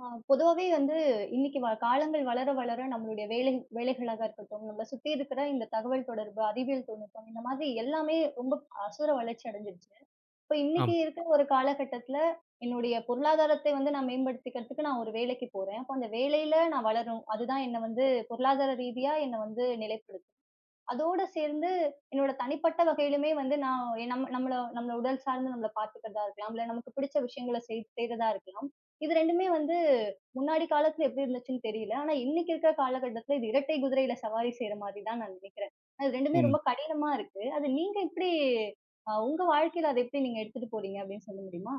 ஆ, பொதுவாவே வந்து இன்னைக்கு காலங்கள் வளர வளர நம்மளுடைய வேலைகளாக இருக்கட்டும், நம்மள சுத்தி இருக்கிற இந்த தகவல் தொடர்பு, அறிவியல் தொழில்நுட்பம் இந்த மாதிரி எல்லாமே ரொம்ப அசுர வளர்ச்சி அடைஞ்சிருச்சு. இப்ப ஆமா. இன்னைக்கு இருக்கிற ஒரு காலகட்டத்துல என்னுடைய பொருளாதாரத்தை வந்து நான் மேம்படுத்திக்கிறதுக்கு நான் ஒரு வேலைக்கு போறேன். அப்போ அந்த வேலையில நான் வளரணும். அதுதான் என்ன வந்து பொருளாதார ரீதியா என்ன வந்து நிலைப்படுத்தும். அதோட சேர்ந்து என்னோட தனிப்பட்ட வகையிலுமே வந்து நான் நம்மள உடல் சார்ந்து நம்மள பார்த்துக்கிறதா இருக்கலாம். இல்ல நமக்கு பிடிச்ச விஷயங்கள செய்றதா இருக்கலாம். இது 2மே வந்து முன்னாடி காலத்துல எப்படி இருந்துச்சுன்னு தெரியல. ஆனா இன்னைக்கு இருக்கிற காலகட்டத்துல இது இரட்டை குதிரையில சவாரி செய்ற மாதிரி தான் நான் நினைக்கிறேன். அது 2மே உண்ம. ரொம்ப கடினமா இருக்கு. அது நீங்க எப்படி உங்க வாழ்க்கையில அத எப்படி நீங்க எடுத்துட்டு போறீங்க அப்படின்னு சொல்ல முடியுமா?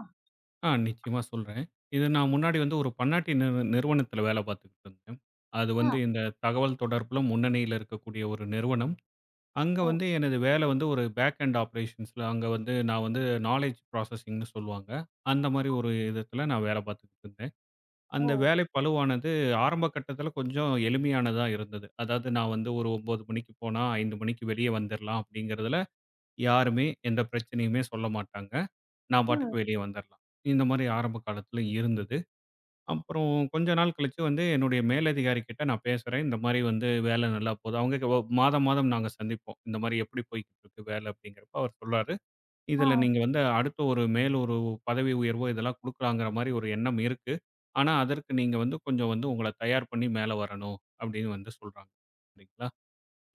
ஆ நிச்சயமா சொல்றேன். இது நான் முன்னாடி வந்து ஒரு பன்னாட்டு நிறுவனத்தில வேலை பார்த்துக்கிட்டு இருந்தேன். அது ஆ. வந்து இந்த தகவல் தொடர்புல முன்னணியில இருக்கக்கூடிய ஒரு நிறுவனம். அங்க ஓ! வந்து எனது வேலை வந்து ஒரு பேக் அண்ட் ஆப்பரேஷன்ஸ்ல அங்க வந்து நான் வந்து நாலெட்ஜ் ப்ராசஸிங்ன்னு சொல்லுவாங்க. அந்த மாரி ஒரு விதத்தில நான் வேலை பார்த்துக்கிட்டு இருந்தேன். ஓ! அந்த வேலை பளுவானது ஆரம்ப கட்டத்தில கொஞ்சம் எளிமையானதா இருந்தது. அதாவது நான் வந்து ஒரு 9 மணிக்கு போனா 5 மணிக்கு வெளிய வந்துரலாம் அப்படிங்கிறதுல யாருமே எந்த பிரச்சனையுமே சொல்ல மாட்டாங்க. நான் பாட்டுக்கு ம். வெளியே வந்துரலாம். இந்த மாரி ஆரம்ப காலத்தில இருந்தது. அப்புறம் கொஞ்ச நாள் கழிச்சு வந்து என்னுடைய மேலதிகாரி கிட்ட நான் பேசுறேன். இந்த மாரி வந்து வேலை நல்லா போகுது. அவங்க கே மாதம், மாதம் நாங்க சந்திப்போம். இந்த மாரி எப்படி போய்க்கிட்டு இருக்கு வேலை அப்படிங்கிறப்ப அவர் சொல்றாரு, ஆ. "இதில நீங்க வந்து அடுத்த ஒரு மேல் ஒரு பதவி உயர்வோ இதெல்லாம் குடுக்கலாங்கிற மாரி ஒரு எண்ணம் இருக்கு. ஆனா அதற்கு நீங்க வந்து கொஞ்சம் வந்து உங்கள தயார் பண்ணி மேல வரணும்." அப்படின்னு வந்து சொல்றாங்க. சரிங்களா?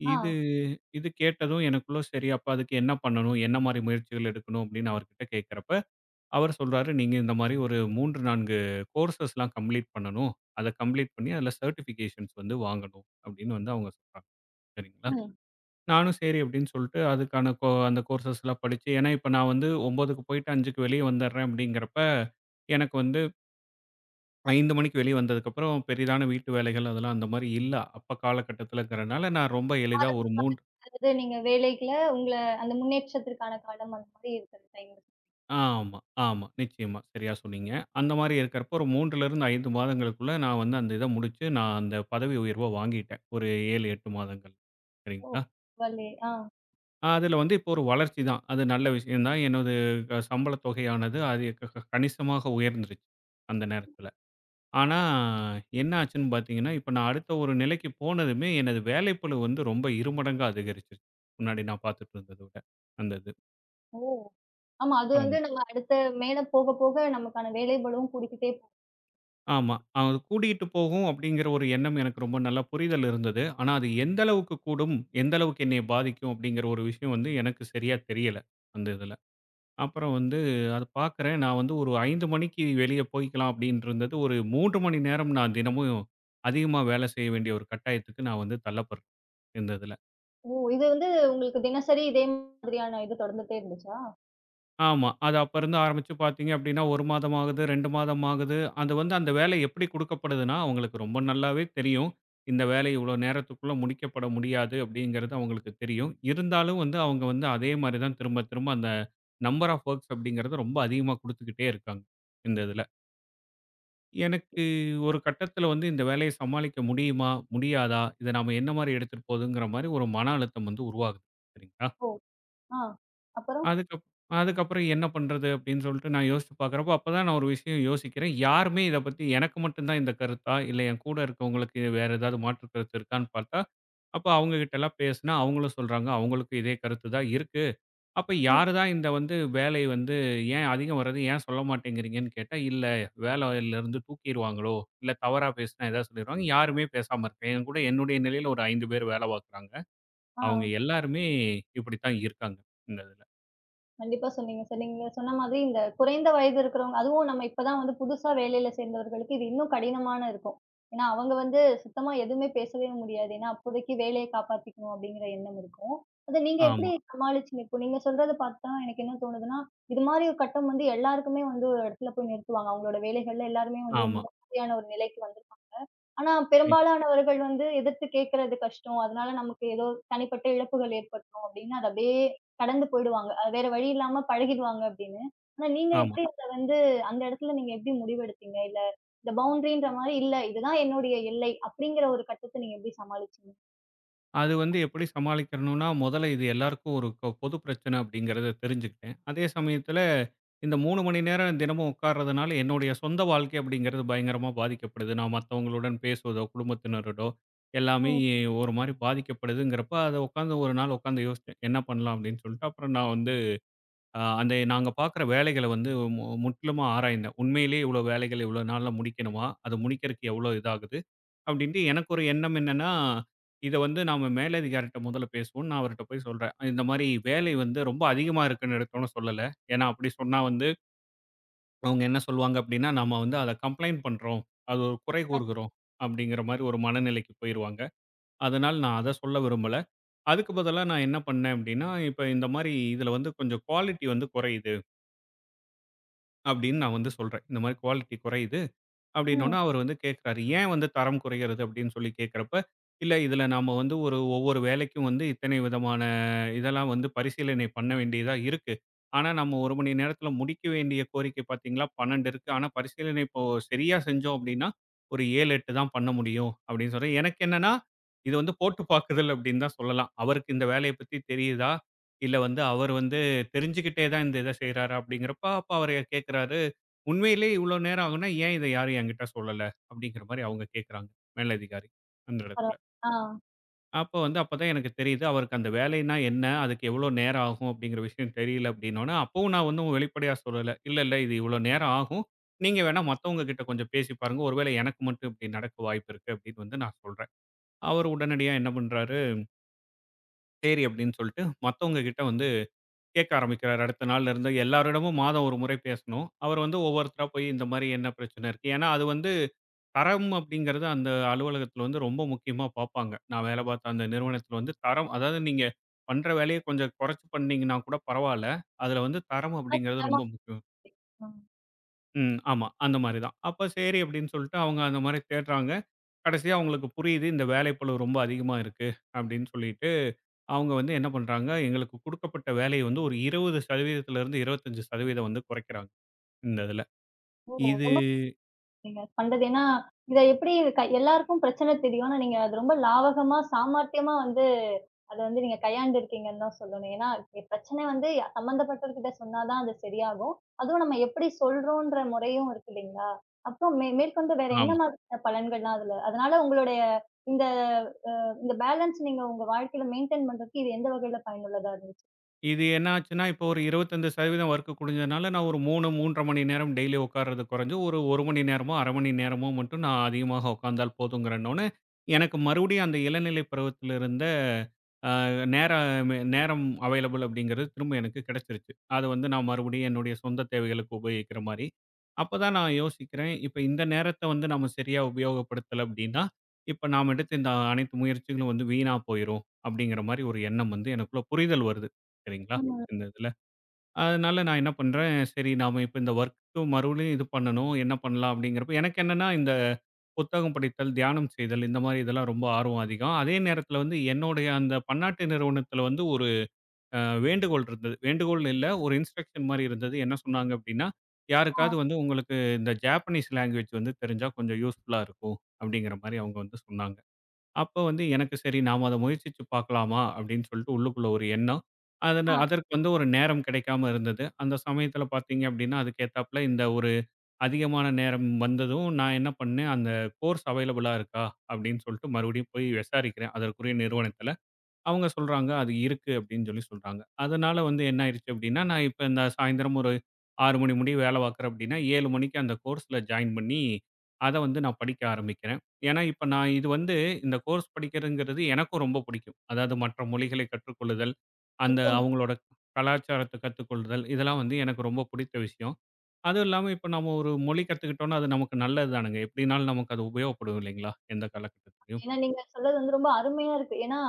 ஆ. இது இது கேட்டதும் எனக்குள்ள சரி அப்ப அதுக்கு என்ன பண்ணணும்? என்ன மாரி முயற்சிகள் எடுக்கணும்? அப்படின்னு அவர்கிட்ட கேட்கிறப்ப அவர் சொல்றாரு, "நீங்க இந்த மாரி ஒரு 3, 4 கோர்ஸஸ்லாம் கம்ப்ளீட் பண்ணணும். அத கம்ப்ளீட் பண்ணி அதில சர்டிஃபிகேஷன்ஸ் வந்து வாங்கணும்." அப்படின்னு வந்து அவங்க சொன்னாங்க. சரிங்களா. ம். நானும் சரி அப்படின்னு சொல்லிட்டு அதுக்கான கோ அந்த கோர்ஸஸ்லாம் படிச்சு ஏன்னா இப்ப நான் வந்து 9க்கு போயிட்டு 5க்கு வெளிய வந்துடுறேன் அப்படிங்கிறப்ப, எனக்கு வந்து 5 மணிக்கு வெளிய வந்ததுக்கப்புறம் பெரிதான வீட்டு வேலைகள் அதெல்லாம் அந்த மாரி இல்ல. அப்ப காலகட்டத்துலங்கிறனால நான் ரொம்ப எளிதா ஆரம்ப ஒரு 3 காலத்துல நீங்க வேலைக்குல உங்கள அந்த முன்னேற்றத்திற்கான காலம் அந்த மாதிரி இருக்கிற டைம்ல. ஆமா, ஆமா. நிச்சயமா. சரியா சொன்னீங்க. அந்த மாரி இருக்கிறப்போ ஒரு 3லிருந்து 5 மாதங்களுக்குள்ள நான் வந்து அந்த இத முடிச்சு, நான் அந்த பதவி உயர்வ வாங்கிட்டேன். ஒரு 7, 8 மாதங்கள். ஓ! சரிங்களா? பரவாயில்லையே. ஆ. அதுல வந்து இப்போ ஒரு வளர்ச்சி தான். அது நல்ல விஷயம் தான். என்னது அ சம்பள தொகையானது அது க க கணிசமாக உயர்ந்துருச்சு, அந்த நேரத்துல. ஆனா, என்ன ஆச்சுன்னு பார்த்தீங்கன்னா, இப்ப நான் அடுத்த ஒரு நிலைக்கு போனதுமே, எனது வேலைப்பளு வந்து ரொம்ப இருமடங்கா அதிகரிச்சிருச்சு. முன்னாடி நான் பார்த்துட்டு இருந்தத விட, அந்த இது. ஓ! ஆமா. அது வந்து ஆமா. நம்ம அடுத்த மேல போக, போக நமக்கான வேலைகளும் கூடிக்கிட்டே போகும். ஆமா. அது கூடிட்டு போகும் அப்படிங்கிற ஒரு எண்ணம் எனக்கு ரொம்ப நல்லா புரிதல் இருந்தது. ஆனா அது எந்த அளவுக்கு கூடும், எந்த அளவுக்கு என்னைய பாதிக்கும் அப்படிங்கிற ஒரு விஷயம் வந்து எனக்கு சரியா தெரியல, அந்த இதுல. அப்புறம் வந்து அத பார்க்குறேன். நான் வந்து ஒரு 5 மணிக்கு வெளிய போய்க்கலாம் அப்படின்னு இருந்தது. ஒரு 3 மணி நேரம் நான் தினமும் அதிகமா வேலை செய்ய வேண்டிய ஒரு கட்டாயத்துக்கு நான் வந்து தள்ளப்படுறேன், இந்த இதுல. ஓ! இது வந்து உங்களுக்கு தினசரி இதே மாதிரியான இது தொடர்ந்துட்டே இருந்துச்சா? ஆமா. அது அப்ப இருந்து ஆரம்பிச்சு பார்த்தீங்க அப்படின்னா, 1 மாதம் ஆகுது, 2 மாதம் ஆகுது. அது வந்து அந்த வேலை எப்படி குடுக்கப்படுதுன்னா, அவங்களுக்கு ரொம்ப நல்லாவே தெரியும். இந்த வேலை இவ்வளோ நேரத்துக்குள்ள முடிக்கப்பட முடியாது அப்படிங்கிறது அவங்களுக்கு தெரியும். இருந்தாலும் வந்து அவங்க வந்து அதே மாரி தான் திரும்ப திரும்ப அந்த நம்பர் ஆஃப் ஒர்க்ஸ் அப்படிங்கிறத ரொம்ப அதிகமா குடுத்துக்கிட்டே இருக்காங்க, இந்த இதுல. எனக்கு ஒரு கட்டத்தில வந்து இந்த வேலைய சமாளிக்க முடியுமா? முடியாதா? இத நாம என்ன மாரி எடுத்துட்டு போதுங்கிற மாரி ஒரு மன அழுத்தம் வந்து உருவாகுது. சரிங்களா? ஓ! ஆ. அப்புறம்? அதுக்கப் அதுக்கப்புறம் என்ன பண்றது அப்படின்னு சொல்லிட்டு நான் யோசிச்சு பார்க்குறப்போ, அப்பதான் நான் ஒரு விஷயம் யோசிக்கிறேன். யாருமே இத பத்தி எனக்கு மட்டும் தான் இந்த கருத்தா? இல்ல என் கூட இருக்கவங்களுக்கு வேற ஏதாவது மாற்று கருத்து இருக்கான்னு பார்த்தா, அப்ப அவங்க கிட்டலாம் பேசினா அவங்களும் சொல்றாங்க, அவங்களுக்கும் இதே கருத்து தான் இருக்கு. அப்ப ம். யாரு தான் இந்த வந்து வேலை வந்து ஏன் அதிகம் வருது? ஏன் சொல்ல மாட்டேங்கிறீங்கன்னு கேட்டா, இல்ல வேலையிலேருந்து தூக்கிருவாங்களோ, இல்ல தவறா பேசினா ஏதாவது சொல்லிருவாங்க. யாருமே பேசாம இருக்கேன். என் கூட என்னுடைய நிலையில ஒரு 5 பேர் வேலை பார்க்குறாங்க. அவங்க ஆ. எல்லாருமே இப்படித்தான் இருக்காங்க. இந்த இதுல. கண்டிப்பா சொன்னீங்க, சார். நீங்க சொன்ன மாதிரி இந்த குறைந்த வயது இருக்கிறவங்க அதுவும் நம்ம இப்ப தான் வந்து புதுசா வேலையில சேர்ந்தவர்களுக்கு இது இன்னும் கடினமான இருக்கும். ஏன்னா, அவங்க வந்து சுத்தமா எதுவுமே பேசவே முடியாது. ஏன்னா, அப்போதைக்கு வேலைய காப்பாத்திக்கணும் அப்படிங்கிற எண்ணம் இருக்கும். அத நீங்க எப்படி ஆமா, சமாளிச்சீங்க? இப்போ நீங்க சொல்றத பார்த்தா எனக்கு என்ன தோணுதுன்னா, இது மாரி ஒரு கட்டம் வந்து எல்லாருக்குமே வந்து ஒரு இடத்துல போய் நிறுத்துவாங்க. அவங்களோட வேலைகள்ல எல்லாருமே வந்து ஆமா. இந்த மாதிரியான ஒரு நிலைக்கு வந்து ஆனா, ம். பெரும்பாலானவர்கள் வந்து எதிர்த்து கேட்கறது கஷ்டம். அதனால நமக்கு ஏதோ தனிப்பட்ட இழப்புகள் ஏற்பட்டுரும் அப்படின்னு அத அப்படியே கடந்து போயிடுவாங்க. அது வேற வழி இல்லாம பழகிடுவாங்க அப்படின்னு. ஆனா நீங்க ஆமா. எப்படி அத வந்து அந்த இடத்துல நீங்க எப்படி முடிவெடுத்தீங்க? இல்ல இந்த பவுண்டரின்ற மாரி இல்ல இதுதான் என்னுடைய எல்லை அப்படிங்கிற ஒரு கட்டத்த நீங்க எப்படி சமாளிச்சீங்க? அது வந்து எப்படி சமாளிக்கிறணும்னா, முதல்ல இது எல்லாருக்கும் ஒரு க பொது பிரச்சனை அப்படிங்கிறத தெரிஞ்சுக்கிட்டேன். அதே சமயத்தில இந்த 3 மணி நேரம் தினமும் உட்கார்றதுனால என்னுடைய சொந்த வாழ்க்கை அப்படிங்கிறது பயங்கரமா பாதிக்கப்படுது. நான் மத்தவங்களுடன் பேசுவதோ, குடும்பத்தினரோடோ எல்லாமே ம். ஒரு மாரி பாதிக்கப்படுதுங்கிறப்ப, அத உட்காந்து ஒரு நாள் உட்காந்து யோசிச்சேன். என்ன பண்ணலாம் அப்படின்னு சொல்லிட்டு, அப்புறம் நான் வந்து அந்த நாங்க பார்க்குற வேலைகள வந்து முற்றிலுமா ஆராய்ந்தேன். உண்மையிலேயே இவ்வளோ வேலைகள் இவ்வளோ நாள்ல முடிக்கணுமா? அது முடிக்கிறதுக்கு எவ்வளோ இதாகுது? அப்படின்ட்டு எனக்கு ஒரு எண்ணம் என்னன்னா, இத வந்து நாம மேலதிகாரிட்ட முதல்ல பேசுவோம். நான் அவர்ட்ட போய் சொல்றேன். இந்த மாரி வேலை வந்து ரொம்ப அதிகமா இருக்குன்னு எடுத்தோன சொல்லல. ஏன்னா அப்படி சொன்னா வந்து அவங்க என்ன சொல்லுவாங்க அப்படின்னா, "நம்ம வந்து அத கம்ப்ளைண்ட் பண்றோம். அது ஒரு குறை கண் கூறுகிறோம்." அப்படிங்கிற மாரி ஒரு மனநிலைக்கு போயிருவாங்க. அதனால நான் அத சொல்ல விரும்பல. அதுக்கு பதிலா நான் என்ன பண்ணேன் அப்படின்னா, "இப்ப இந்த மாரி இதுல வந்து கொஞ்சம் குவாலிட்டி வந்து குறையுது." அப்படின்னு நான் வந்து சொல்றேன். இந்த மாரி குவாலிட்டி குறையுது. அப்படின்னோன ம். அவர் வந்து கேட்குறாரு. ஏன் வந்து தரம் குறைகிறது அப்படின்னு சொல்லி கேட்கிறப்ப, இல்ல இதுல நாம வந்து ஒரு ஒவ்வொரு வேலைக்கும் வந்து இத்தனை விதமான இதெல்லாம் வந்து பரிசீலனை பண்ண வேண்டியதா இருக்கு. ஆனா நம்ம 1 மணி நேரத்துல முடிக்க வேண்டிய கோரிக்கை பார்த்தீங்களா 12 இருக்கு. ஆனா பரிசீலனை இப்போ சரியா செஞ்சோம் அப்படின்னா, ஒரு 7, 8 தான் பண்ண முடியும் அப்படின்னு சொல்றேன். எனக்கு என்னன்னா, இது வந்து போட்டு பாக்குதல் அப்படின்னு தான் சொல்லலாம். அவருக்கு இந்த வேலைய பத்தி தெரியுதா? இல்ல வந்து அவர் வந்து தெரிஞ்சுக்கிட்டே தான் இந்த இத செய்றாரா அப்படிங்கிறப்ப, அப்ப அவரு கேட்கிறாரு. உண்மையிலே இவ்வளோ நேரம் ஆகும்னா, ஏன் இத யாரும் என்கிட்ட சொல்லல? அப்படிங்கிற மாரி அவங்க கேட்கறாங்க, மேலதிகாரி அந்த பரவா இடத்துல. ஆ. அப்போ வந்து அப்ப தான் எனக்கு தெரியுது, அவருக்கு அந்த வேலைன்னா என்ன? அதுக்கு எவ்வளோ நேரம் ஆகும்? அப்படிங்கிற விஷயம் தெரியல அப்படின்னோன, அப்பவும் நான் வந்து வெளிப்படையா சொல்லல. இல்ல, இல்ல இது இவ்வளோ நேரம் ஆகும். நீங்க வேணா மத்தவங்க கிட்ட கொஞ்சம் பேசி பாருங்க. ஒருவேளை எனக்கு மட்டும் இப்படி நடக்க வாய்ப்பு இருக்கு அப்படின்னு வந்து நான் சொல்றேன். அவர் உடனடியா என்ன பண்றாரு, சரி அப்படின்னு சொல்லிட்டு மத்தவங்க கிட்ட வந்து கேட்க ஆரம்பிக்கிறாரு. அடுத்த நாள்ல இருந்து எல்லாரிடமும் மாதம் ஒரு முறை பேசணும். அவர் வந்து ஒவ்வொருத்தரா போய் இந்த மாரி என்ன பிரச்சனை இருக்கு? ஏன்னா அது வந்து தரம் அப்படிங்கிறது அந்த அலுவலகத்துல வந்து ரொம்ப முக்கியமா பார்ப்பாங்க. நான் வேலை பார்த்த அந்த நிறுவனத்துல வந்து தரம் அதாவது நீங்க பண்ற வேலைய கொஞ்சம் குறைச்சு பண்ணீங்கன்னா கூட பரவால்ல. அதுல வந்து தரம் அது, அப்படிங்கிறது ஆமா. ரொம்ப முக்கியம். ம். ம். ஆமா. அந்த மாரி தான். அப்ப சரி அப்படின்னு சொல்லிட்டு அவங்க அந்த மாரி தேடுறாங்க. கடைசியா அவங்களுக்கு புரியுது இந்த வேலைப்பளு ரொம்ப அதிகமா இருக்கு அப்படின்னு சொல்லிட்டு, அவங்க வந்து என்ன பண்றாங்க, எங்களுக்கு குடுக்கப்பட்ட வேலைய வந்து ஒரு 20% இருந்து 25% வந்து குறைக்கிறாங்க இந்த இதுல. ஓ! இது ரொம்ப நீங்க பண்றது. ஏன்னா, இத எப்படி எல்லாருக்கும் பிரச்சனை தெரியும். ஆனா, நீங்க அது ரொம்ப லாவகமா, சாமர்த்தியமா வந்து அத வந்து நீங்க கையாண்டுருக்கீங்கன்னு தான் சொல்லணும். ஏன்னா, பிரச்சனை வந்து சம்மந்தப்பட்டவர்கிட்ட சொன்னா தான் அது சரியாகும். அதுவும் நம்ம எப்படி சொல்றோன்ற முறையும் இருக்கு இல்லைங்களா? அப்புறம் மேற்கொண்டு வேற என்ன ஆமா. மாதிரியான பலன்கள்லாம் அதுல அதனால உங்களுடைய இந்த இந்த பேலன்ஸ் நீங்க உங்க வாழ்க்கையில மெயின்டெயின் பண்றதுக்கு இது எந்த வகையில பயனுள்ளதா இருந்துச்சு? இது என்ன ஆச்சுன்னா, இப்போ ஒரு 25% ஒர்க் குறைஞ்சதுனால, நான் ஒரு 3, 3 1/2 மணி நேரம் டெய்லி உட்கார்றது குறைஞ்சு, ஒரு 1 மணி நேரமோ, 1/2 மணி நேரமோ மட்டும் நான் அதிகமாக உட்கார்ந்தால் போதுங்கிறனோனே, எனக்கு மறுபடியும் அந்த இளநிலை பருவத்தில இருந்த அ நேர மே- நேரம் அவைலபிள் அப்படிங்கிறது திரும்ப எனக்கு கிடைச்சிருச்சு. அது வந்து நான் மறுபடியும் என்னுடைய சொந்த தேவைகளுக்கு உபயோகிக்கிற மாரி. அப்பதான் நான் யோசிக்கிறேன், இப்ப இந்த நேரத்த வந்து நம்ம சரியா உபயோகப்படுத்தல அப்படின்னா, இப்ப நாம் எடுத்த இந்த அனைத்து முயற்சிகளும் வந்து வீணா போயிரும் அப்படிங்கிற மாரி ஒரு எண்ணம் வந்து எனக்குள்ள புரிதல் வருது. சரிங்களா? ம். இந்த இதில. அதனால நான் என்ன பண்றேன், சரி நாம இப்ப இந்த ஒர்க்கு மறுபடியும் இது பண்ணணும். என்ன பண்ணலாம் அப்படிங்கிறப்ப, எனக்கு என்னன்னா இந்த புத்தகம் படித்தல், தியானம் செய்தல் இந்த மாரி இதெல்லாம் ரொம்ப ஆர்வம் அதிகம். அதே நேரத்தில வந்து என்னுடைய அந்த பன்னாட்டு நிறுவனத்தில வந்து ஒரு அ வேண்டுகோள் இருந்தது. வேண்டுகோள்னு இல்ல, ஒரு இன்ஸ்ட்ரக்ஷன் மாரி இருந்தது. என்ன சொன்னாங்க அப்படின்னா, ஆ, யாருக்காவது வந்து உங்களுக்கு இந்த ஜாப்பனீஸ் லாங்குவேஜ் வந்து தெரிஞ்சா கொஞ்சம் யூஸ்ஃபுல்லா இருக்கும் அப்படிங்கிற மாரி அவங்க வந்து சொன்னாங்க. அப்ப வந்து எனக்கு சரி நாம அத முயற்சிச்சு பார்க்கலாமா அப்படின்னு சொல்லிட்டு உள்ளுக்குள்ள ஒரு எண்ணம். ஆ. அதற்கு வந்து ஒரு நேரம் கிடைக்காம இருந்தது. அந்த சமயத்துல பார்த்தீங்க அப்படின்னா, அதுக்கேத்தாப்ல இந்த ஒரு அதிகமான நேரம் வந்ததும் நான் என்ன பண்ணேன், அந்த கோர்ஸ் அவைலபிளா இருக்கா அப்படின்னு சொல்லிட்டு மறுபடியும் போய் விசாரிக்கிறேன் அதற்குரிய நிறுவனத்த. அவங்க சொல்றாங்க, "அது இருக்கு" அப்படின்னு சொல்லி சொல்றாங்க. அதனால வந்து என்ன ஆயிருச்சு அப்படின்னா, நான் இப்ப இந்த சாயந்தரம் ஒரு 6 மணி முடிய வேலை பார்க்குறேன் அப்படின்னா, 7 மணிக்கு அந்த கோர்ஸ்ல ஜாயின் பண்ணி, அத வந்து நான் படிக்க ஆரம்பிக்கிறேன். ஏன்னா, இப்ப நான் இது வந்து இந்த கோர்ஸ் படிக்கிறதுங்கிறது எனக்கும் ரொம்ப பிடிக்கும். அதாவது மற்ற மொழிகளை கற்றுக்கொள்ளுதல், அந்த நிச்சயமா. அவங்களோட கலாச்சாரத்த கத்துக்கொள்ளுதல், இதெல்லாம் வந்து எனக்கு ரொம்ப பிடித்த விஷயம். அதுவும் இல்லாம இப்ப நம்ம ஒரு மொழி கத்துக்கிட்டோம்னா, அது நமக்கு நல்லது தானுங்க. எப்படினாலும் நமக்கு அது உபயோகப்படும் இல்லைங்களா? எந்த காலகட்டத்திலயும். ஏன்னா, நீங்க சொன்னது வந்து ரொம்ப அருமையா இருக்கு. ஏன்னா,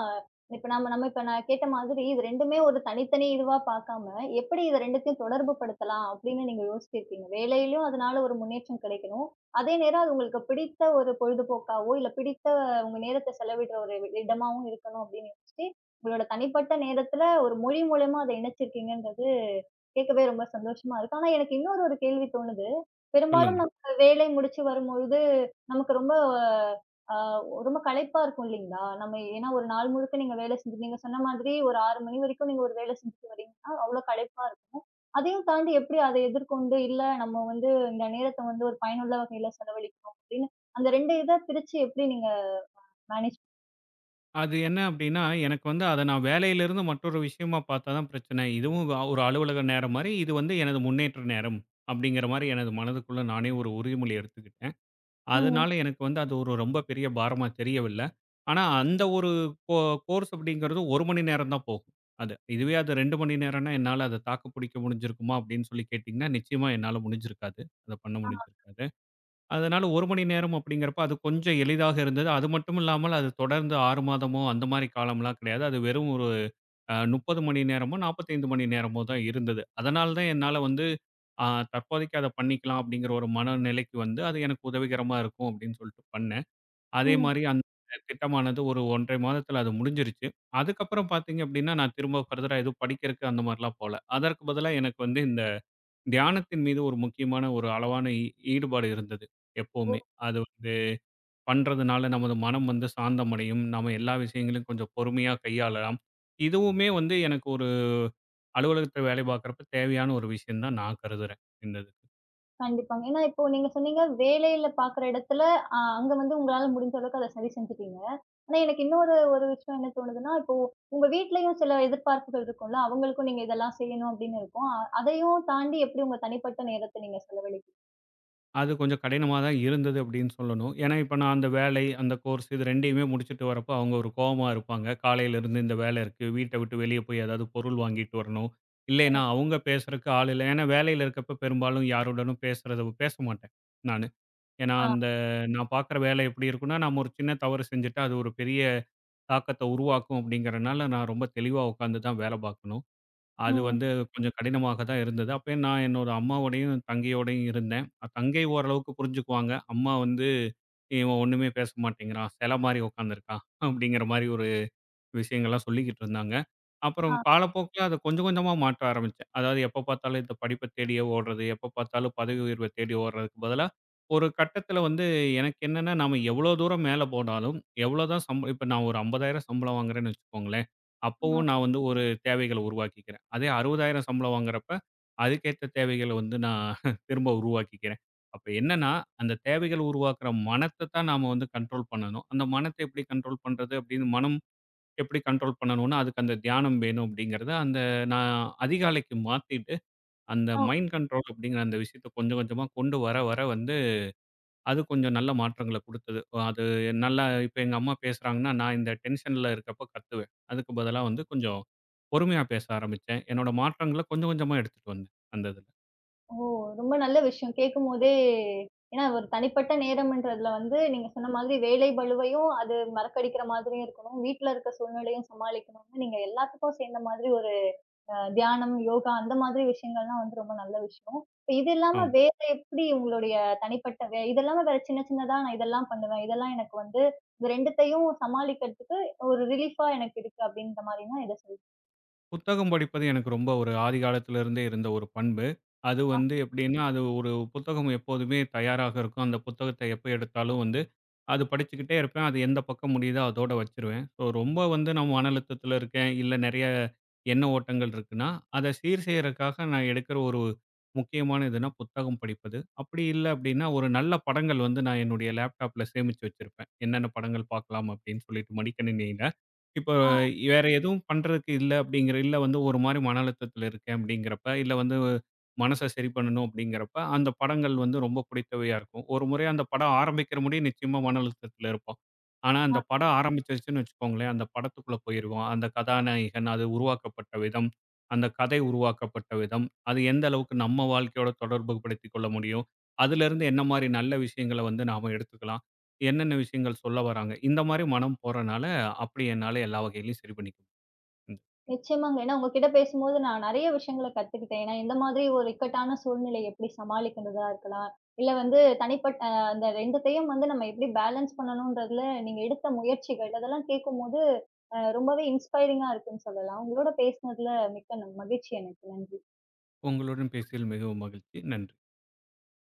இப்ப நம்ம நம்ம இப்ப நான் கேட்ட மாதிரி இது 2மே ஒரு தனித்தனி இதுவா பார்க்காம, எப்படி இத 2த்தையும் தொடர்பு படுத்தலாம் அப்படின்னு நீங்க யோசிச்சிருக்கீங்க. வேலையிலயும் அதனால ஒரு முன்னேற்றம் கிடைக்கணும். அதே நேரம் அது உங்களுக்கு பிடித்த ஒரு பொழுதுபோக்காவோ, இல்ல பிடித்த உங்க நேரத்த செலவிடுற ஒரு இடமாவும் இருக்கணும் அப்படின்னு யோசிச்சு, உங்களோட தனிப்பட்ட நேரத்துல ஒரு மொழி மூலியமா அத இணைச்சிருக்கீங்கன்றது கேட்கவே ரொம்ப சந்தோஷமா இருக்கு. ஆனா எனக்கு இன்னொரு ஒரு கேள்வி தோணுது. சொல்லுங்க. பெரும்பாலும் நம்ம வேலை முடிச்சு வரும்பொழுது, நமக்கு ரொம்ப அ ரொம்ப களைப்பா இருக்கும் இல்லைங்களா? நம்ம ஏன்னா ஒரு நாள் முழுக்க நீங்க வேலை செஞ்சு நீங்க சொன்ன மாதிரி ஒரு 6 மணி வரைக்கும் நீங்க ஒரு வேலை செஞ்சுட்டு வரீங்கன்னா, அவ்ளோ களைப்பா இருக்கும். அதையும் தாண்டி எப்படி அத எதிர்கொண்டு, "இல்ல நம்ம வந்து இந்த நேரத்த வந்து ஒரு பயனுள்ள வகையில செலவழிக்கணும்." அப்படின்னு அந்த 2 இத பிரிச்சு எப்படி நீங்க மேனேஜ் அது என்ன அப்டின்னா, எனக்கு வந்து அத நான் வேலையிலிருந்து மற்றொரு விஷயமா பார்த்தா தான் பிரச்சனை. இதுவும் ஒரு அலுவலக நேரம் மாரி, இது வந்து எனது முன்னேற்ற நேரம் அப்டிங்கிற மாரி எனது மனதுக்குள்ள நானே ஒரு உறுதிமொழி எடுத்துக்கிட்டேன். ம். அதனால எனக்கு வந்து அது ஒரு ரொம்ப பெரிய பாரமா தெரியவில்ல. ஆனா அந்த ஒரு கோ கோர்ஸ் அப்டிங்கிறது 1 மணி நேரம் தான் போகும். அது. இதுவே அது 2 மணி நேரம்னா என்னால அத தாக்கு பிடிக்க முடிஞ்சிருக்குமா அப்டின்னு சொல்லி கேட்டீங்கன்னா, நிச்சயமா என்னால முடிஞ்சிருக்காது. அத பண்ண ஆ. முடிஞ்சிருக்காது. அதனால 1 மணி நேரம் அப்படிங்கிறப்ப அது கொஞ்சம் எளிதாக இருந்தது. அது மட்டும் இல்லாமல் அது தொடர்ந்து 6 மாதமோ அந்த மாரி காலம்லாம் கிடையாது. அது வெறும் ஒரு 30 மணி நேரமோ, 45 மணி நேரமோ தான் இருந்தது. அதனால தான் என்னால வந்து அ தற்போதைக்கு அத பண்ணிக்கலாம் அப்படிங்கிற ஒரு மனநிலைக்கு வந்து அது எனக்கு உதவிகரமா இருக்கும் அப்படின்னு சொல்லிட்டு பண்ணேன். அதே ம். மாரி அந்த திட்டமானது ஒரு 1 1/2 மாதத்தில அது முடிஞ்சிருச்சு. அதுக்கப்புறம் பார்த்தீங்க அப்படின்னா, நான் திரும்ப ஃபர்தரா எதுவும் படிக்கிறக்கு அந்த மாரிலாம் போல. அதற்கு பதிலா எனக்கு வந்து இந்த தியானத்தின் மீது ஒரு முக்கியமான ஒரு அளவான ஈடுபாடு இருந்தது எப்பவுமே. அது வந்து பண்றதுனால நமது மனம் வந்து சாந்தமடையும். நாம எல்லா விஷயங்களையும் கொஞ்சம் பொறுமையா கையாளலாம். இதுவுமே வந்து எனக்கு ஒரு அலுவலகத்துல வேலை பார்க்குறப்ப தேவையான ஒரு விஷயம் தான் நான் கருதுறேன். இந்த இது. கண்டிப்பாங்க. ஏன்னா, இப்போ நீங்க சொன்னீங்க, வேலையில பாக்குற இடத்துல, அங்க வந்து உங்களால முடிஞ்ச அளவுக்கு அத சரி செஞ்சுட்டீங்க. ஆனா, எனக்கு இன்னொரு ஒரு விஷயம் என்ன தோணுதுன்னா, இப்போ உங்க வீட்லயும் சில எதிர்பார்ப்புகள் இருக்கும்ல. அவங்களுக்கும் நீங்க இதெல்லாம் செய்யணும் அப்படின்னு இருக்கும். அதையும் தாண்டி எப்படி உங்க தனிப்பட்ட நேரத்த நீங்க செலவழிக்க அது கொஞ்சம் கடினமா தான் இருந்தது அப்படின்னு சொல்லணும். ஏன்னா இப்ப நான் அந்த வேலை, அந்த கோர்ஸ் இது 2யுமே முடிச்சுட்டு வரப்போ அவங்க ஒரு கோவமா இருப்பாங்க. காலையில இருந்து இந்த வேலை இருக்கு. வீட்ட விட்டு வெளிய போய் ஏதாவது பொருள் வாங்கிட்டு வரணும். இல்லைன்னா அவங்க பேசுறக்கு ஆள் இல்ல. ஏன்னா வேலையில இருக்கப்ப பெரும்பாலும் யாருடனும் பேசுறத பேச மாட்டேன் நானு. ஏன்னா, ஆ, அந்த நான் பார்க்குற வேலை எப்படி இருக்கும்னா, நாம ஒரு சின்ன தவறு செஞ்சுட்டா, அது ஒரு பெரிய தாக்கத்த உருவாக்கும் அப்படிங்கிறனால, நான் ரொம்ப தெளிவா உட்காந்து தான் வேலை பார்க்கணும். அது ம். வந்து கொஞ்சம் கடினமாக தான் இருந்தது. அப்பயும் நான் என்னோட அம்மாவோடையும், தங்கையோடையும் இருந்தேன். தங்கை ஓரளவுக்கு புரிஞ்சுக்குவாங்க. அம்மா வந்து, "இவன் ஒண்ணுமே பேச மாட்டேங்கிறான். செல மாரி உட்காந்துருக்கான்." அப்படிங்கிற மாரி ஒரு விஷயங்கள்லாம் சொல்லிக்கிட்டு இருந்தாங்க. அப்புறம் ஆ, காலப்போக்குல அத கொஞ்சம் கொஞ்சமா மாற்ற ஆரம்பிச்சேன். அதாவது எப்ப பார்த்தாலும் இந்த படிப்ப தேடியே ஓடுறது, எப்ப பார்த்தாலும் பதவி உயர்வ தேடி ஓடுறதுக்கு பதிலா, ஒரு கட்டத்தில வந்து எனக்கு என்னன்னா, நாம எவ்வளோ தூரம் மேல போனாலும், எவ்வளோதான் சம்பளம் இப்ப நான் ஒரு 50,000 சம்பளம் வாங்குறேன்னு வச்சுக்கோங்களேன், ஆ, அப்பவும் நான் வந்து ஒரு தேவைகள உருவாக்கிக்கிறேன். அதே 60,000 சம்பளம் வாங்குறப்ப, அதுக்கேத்த தேவைகள வந்து நான் திரும்ப உருவாக்கிக்கிறேன். அப்ப என்னன்னா, அந்த தேவைகள் உருவாக்குற மனத்த தான் நாம வந்து கண்ட்ரோல் பண்ணணும். அந்த மனத்த எப்படி கண்ட்ரோல் பண்றது அப்படின்னு மனம் எப்படி கண்ட்ரோல் பண்ணணும்னா, அதுக்கு அந்த தியானம் வேணும் அப்படிங்கிறத, அந்த நான் அதிகாலைக்கு மாத்திட்டு, அந்த ஆ. மைண்ட் கண்ட்ரோல் அப்படிங்கிற அந்த விஷயத்த கொஞ்சம் கொஞ்சமா கொண்டு வர வர வந்து, அது கொஞ்சம் நல்ல மாற்றங்கள குடுத்தது. அது நல்லா இப்ப எங்க அம்மா பேசுறாங்கன்னா, நான் இந்த டென்ஷன்ல இருக்கப்ப கத்துவேன். அதுக்கு பதிலா வந்து கொஞ்சம் பொறுமையா பேச ஆரம்பிச்சேன். என்னோட மாற்றங்கள கொஞ்சம் கொஞ்சமா எடுத்துட்டு வந்தேன், அந்த இதுல. ஓ! ரொம்ப நல்ல விஷயம். கேட்கும்போதே ஏன்னா, ஒரு தனிப்பட்ட நேரம்ன்றதுல வந்து நீங்க சொன்ன மாதிரி வேலை பளுவையும் அது மறக்கடிக்கிற மாதிரியும் இருக்கணும். வீட்ல இருக்க சூழ்நிலையும் சமாளிக்கணும்னு நீங்க எல்லாத்துக்கும் சேர்ந்த மாதிரி ஒரு தியானம், யோகா அந்த மாதிரி விஷயங்கள்லாம் வந்து ரொம்ப நல்ல விஷயம். இப்ப இது இல்லாம ஆமா. வேற எப்படி உங்களுடைய தனிப்பட்ட இது இல்லாம வேற சின்ன சின்னதா நான் இதெல்லாம் பண்ணுவேன். இதெல்லாம் எனக்கு வந்து இது 2த்தையும் சமாளிக்கிறதுக்கு ஒரு ரிலீஃபா எனக்கு இருக்கு அப்படின்ற மாரின்னா எத புத்தகம் படிப்பது எனக்கு ரொம்ப ஒரு ஆதிகாலத்துல இருந்தே இருந்த ஒரு பண்பு. அது வந்து எப்படின்னா, அது ஒரு புத்தகம் எப்போதுமே தயாராக இருக்கும். அந்த புத்தகத்த எப்ப எடுத்தாலும் வந்து அது படிச்சுக்கிட்டே இருப்பேன். அது எந்த பக்கம் முடியுதோ அதோட வச்சுருவேன். ஸோ ரொம்ப வந்து நான் மன அழுத்தத்தில இருக்கேன், இல்ல நெறைய எண்ண ஓட்டங்கள் இருக்குன்னா, அத சீர் செய்றதுக்காக நான் எடுக்கிற ஒரு முக்கியமான இதுனா புத்தகம் படிப்பது. அப்படி இல்ல அப்படின்னா, ஒரு நல்ல படங்கள் வந்து நான் என்னுடைய லேப்டாப்ல சேமிச்சு வச்சிருப்பேன். என்னென்ன படங்கள் பார்க்கலாம் அப்படின்னு சொல்லிட்டு மடிக்கணினியில. இப்போ வேற எதுவும் பண்றதுக்கு இல்ல அப்படிங்கிற இல்ல வந்து ஒரு மாரி மன அழுத்தத்தில இருக்கேன் அப்படிங்கிறப்ப, இல்ல வந்து மனச சரி பண்ணணும் அப்படிங்கிறப்ப, அந்த படங்கள் வந்து ரொம்ப பிடித்தவையா இருக்கும். ஒரு முறை அந்த படம் ஆரம்பிக்கிற முடிய நிச்சயமா மன அழுத்தத்தில இருப்போம். ஆனா அந்த ஆ. படம் ஆரம்பிச்சிருச்சுன்னு வச்சுக்கோங்களேன், அந்த படத்துக்குள்ள போயிருவோம். அந்த கதாநாயகன், அது உருவாக்கப்பட்ட விதம், அந்த கதை உருவாக்கப்பட்ட விதம், அது எந்த அளவுக்கு நம்ம வாழ்க்கையோட தொடர்பு படுத்திக் கொள்ள முடியும், அதிலிருந்து என்ன மாரி நல்ல விஷயங்கள வந்து நாம எடுத்துக்கலாம், என்னென்ன விஷயங்கள் சொல்ல வராங்க, இந்த மாரி மனம் போறனால, அப்படி என்னால எல்லா வகையிலயும் சரி பண்ணிக்க முடியுது. நிச்சயமாங்க. ஏன்னா உங்ககிட்ட பேசும்போது நான் நெறைய விஷயங்கள கத்துக்கிட்டேன். ஏன்னா இந்த மாதிரி ஒரு இக்கட்டான சூழ்நிலைய எப்படி சமாளிக்கிறதா இருக்கலாம். இல்ல வந்து தனிப்பட்ட அந்த 2த்தையும் வந்து நம்ம எப்படி பேலன்ஸ் பண்ணணுன்றதுல நீங்க எடுத்த முயற்சிகள், அதெல்லாம் கேட்கும்போது ரொம்பவே இன்ஸ்பைரிங்கா இருக்குன்னு சொல்லலாம். உங்களோட பேசினதுல மிக்க மகிழ்ச்சி எனக்கு. நன்றி. உங்களுடன் பேசியதில் மிகவும் மகிழ்ச்சி. நன்றி.